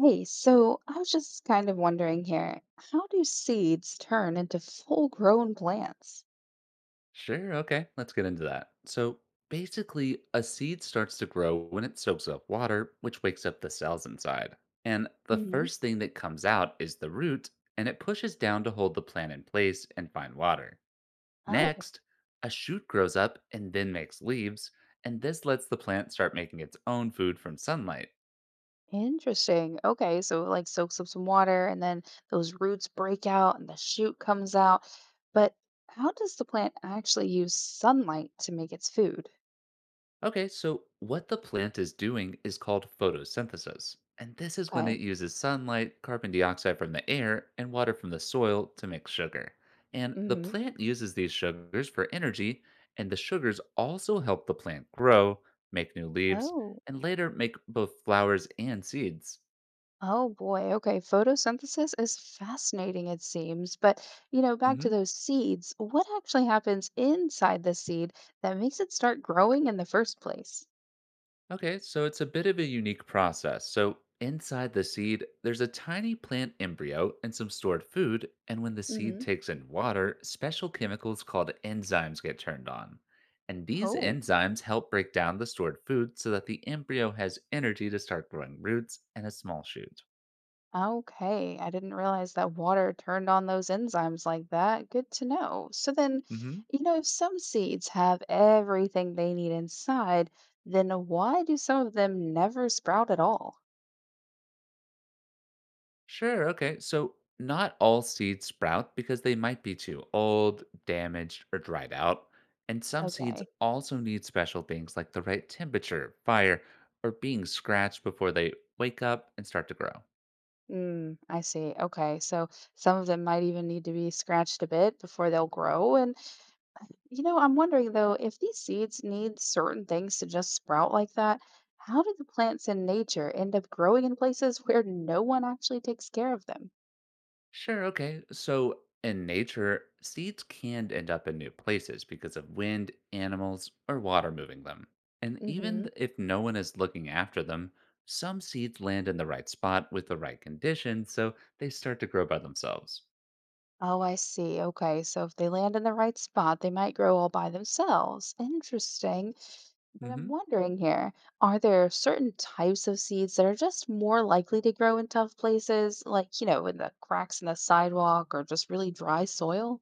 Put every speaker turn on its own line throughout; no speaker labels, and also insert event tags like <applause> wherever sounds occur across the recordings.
Hey, so I was just kind of wondering here, how do seeds turn into full-grown plants?
Sure. Okay. Let's get into that. So, basically, a seed starts to grow when it soaks up water, which wakes up the cells inside. And the
Hmm.
first thing that comes out is the root, and it pushes down to hold the plant in place and find water.
Oh,
Next, a shoot grows up and then makes leaves, and this lets the plant start making its own food from sunlight.
interesting. Okay, so it like soaks up some water and then those roots break out and the shoot comes out. But how does the plant actually use sunlight to make its food?
Okay, so what the plant is doing is called photosynthesis. And this is when it
Okay.
uses sunlight, carbon dioxide from the air, and water from the soil to make sugar. And the
Hmm.
plant uses these sugars for energy, and the sugars also help the plant grow, make new leaves,
Oh.
and later make both flowers and seeds.
Oh boy. Okay. Photosynthesis is fascinating, it seems. But, back to
Mm-hmm.
those seeds, what actually happens inside the seed that makes it start growing in the first place?
Okay, so it's a bit of a unique process. So inside the seed, there's a tiny plant embryo and some stored food, and when the seed
Hmm.
takes in water, special chemicals called enzymes get turned on. And these
Oh,
enzymes help break down the stored food so that the embryo has energy to start growing roots and a small shoot.
okay. I didn't realize that water turned on those enzymes like that. Good to know. So then,
Mhm.
if some seeds have everything they need inside, then why do some of them never sprout at all?
Sure. Okay. So, not all seeds sprout because they might be too old, damaged, or dried out. And some seeds
Okay.
also need special things like the right temperature, fire, or being scratched before they wake up and start to grow.
Mm, I see. Okay. So some of them might even need to be scratched a bit before they'll grow. And, I'm wondering though, if these seeds need certain things to just sprout like that, how do the plants in nature end up growing in places <laughs> where no one actually takes care of them?
Sure. Okay. So, in nature, seeds can end up in new places because of wind, animals, or water moving them. And even
Hmm.
if no one is looking after them, some seeds land in the right spot with the right conditions, so they start to grow by themselves.
Oh, I see. Okay. So if they land in the right spot, they might grow all by themselves. Interesting. But I'm
Hmm.
wondering here, are there certain types of seeds that are just more likely to grow in tough places, like, in the cracks in the sidewalk or just really dry soil?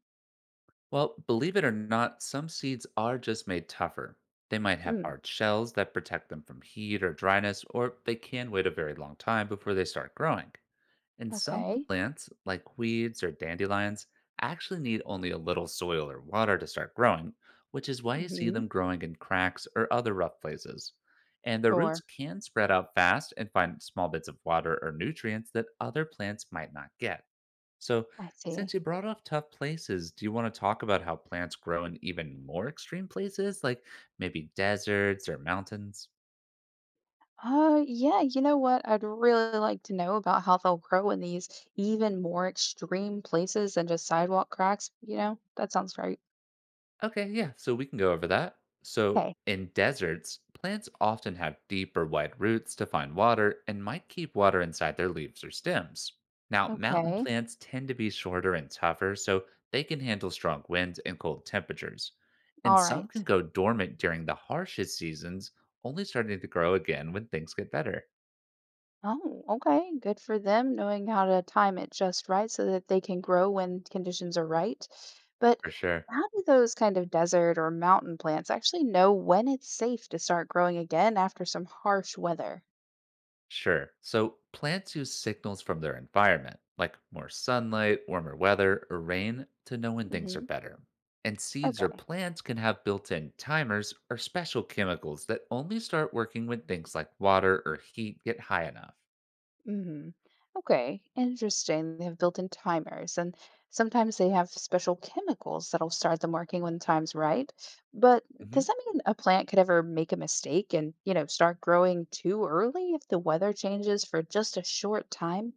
Well, believe it or not, some seeds are just made tougher. They might have
Mm,
hard shells that protect them from heat or dryness, or they can wait a very long time before they start growing. And some
okay.
plants, like weeds or dandelions, actually need only a little soil or water to start growing, which is why you see
Mm-hmm.
them growing in cracks or other rough places. And their roots
Sure.
can spread out fast and find small bits of water or nutrients that other plants might not get. So,
I see.
since you brought up tough places, do you want to talk about how plants grow in even more extreme places, like maybe deserts or mountains?
Yeah, you know what? I'd really like to know about how they'll grow in these even more extreme places than just sidewalk cracks, you know? That sounds right.
Okay, yeah, so we can go over that. So,
Okay.
in deserts, plants often have deep or wide roots to find water and might keep water inside their leaves or stems. Now, mountain
Okay.
plants tend to be shorter and tougher, so they can handle strong winds and cold temperatures. And
All right.
some can go dormant during the harshest seasons, only starting to grow again when things get better.
Oh, okay. Good for them knowing how to time it just right so that they can grow when conditions are right. But
For sure.
how do those kind of desert or mountain plants actually know when it's safe to start growing again after some harsh weather?
Sure. So plants use signals from their environment, like more sunlight, warmer weather, or rain, to know when things are
Hmm.
better. And seeds or
Okay.
plants can have built in timers or special chemicals that only start working when things like water or heat get high enough.
Hmm. Okay, interesting. They have built-in timers, and sometimes they have special chemicals that'll start them working when the time's right. But does that mean a plant could ever make a mistake and, start growing too early if the weather changes for just a short time?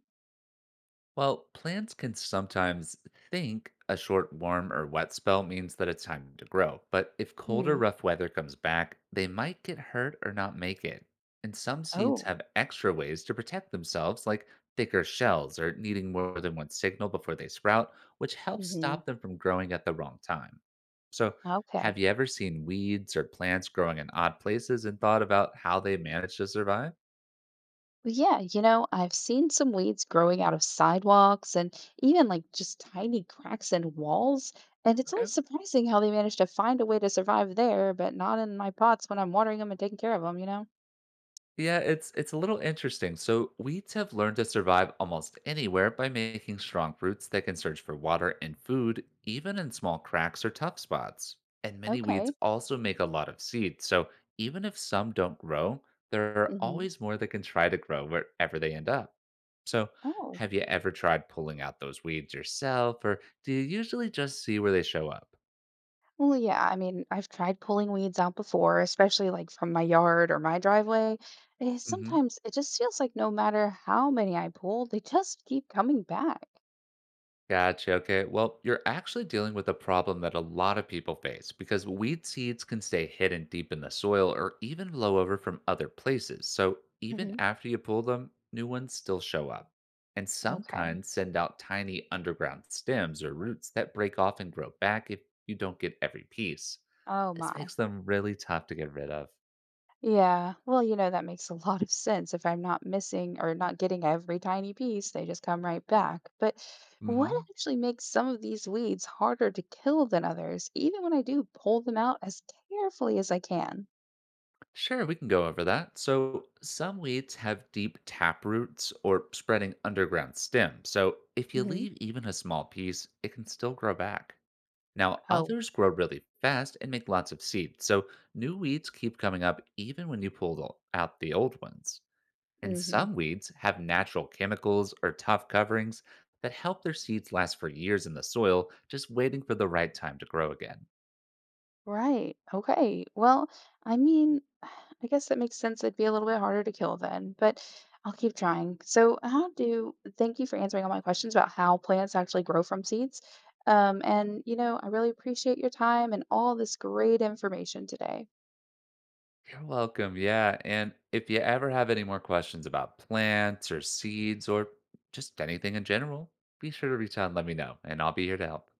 Well, plants can sometimes think a short warm or wet spell means that it's time to grow, but if cold or
Hmm.
rough weather comes back, they might get hurt or not make it. And some seeds
Oh.
have extra ways to protect themselves, like thicker shells or needing more than one signal before they sprout, which helps
Hmm.
stop them from growing at the wrong time. So, have
Okay.
you ever seen weeds or plants growing in odd places and thought about how they manage to survive?
Well, yeah, I've seen some weeds growing out of sidewalks and even like just tiny cracks in walls. And it's
Okay.
always surprising how they manage to find a way to survive there, but not in my pots when I'm watering them and taking care of them, you know?
Yeah, it's a little interesting. So weeds have learned to survive almost anywhere by making strong roots that can search for water and food, even in small cracks or tough spots. And many weeds
Okay.
also make a lot of seeds. So even if some don't grow, there are
Hmm.
always more that can try to grow wherever they end up. So
Oh.
have you ever tried pulling out those weeds yourself, or do you usually just see where they show up?
Well, yeah, I mean, I've tried pulling weeds out before, especially like from my yard or my driveway.
Mm-hmm.
Sometimes it just feels like no matter how many I pull, they just keep coming back.
Gotcha. Okay. Well, you're actually dealing with a problem that a lot of people face because weed seeds can stay hidden deep in the soil or even blow over from other places. So even
Hmm.
after you pull them, new ones still show up. And some
Okay.
kinds send out tiny underground stems or roots that break off and grow back if you don't get every piece.
Oh
This
my.
makes them really tough to get rid of.
Yeah. Well, that makes a lot of sense. If I'm not missing or not getting every tiny piece, they just come right back. But what
Hmm.
actually makes some of these weeds harder to kill than others, even when I do pull them out as carefully as I can?
Sure, we can go over that. So, some weeds have deep tap roots or spreading underground stems. So, if you
Hmm.
leave even a small piece, it can still grow back. Now,
Oh.
others grow really fast and make lots of seeds. So, new weeds keep coming up even when you pull out the old ones. And
Hmm.
some weeds have natural chemicals or tough coverings that help their seeds last for years in the soil, just waiting for the right time to grow again.
Right. Okay. Well, I mean, <sighs> I guess that makes sense. It'd be a little bit harder to kill then, but I'll keep trying. So, thank you for answering all my questions about how plants actually grow from seeds. And, I really appreciate your time and all this great information today.
You're welcome. Yeah. And if you ever have any more questions about plants or seeds or just anything in general, be sure to reach out and let me know, and I'll be here to help.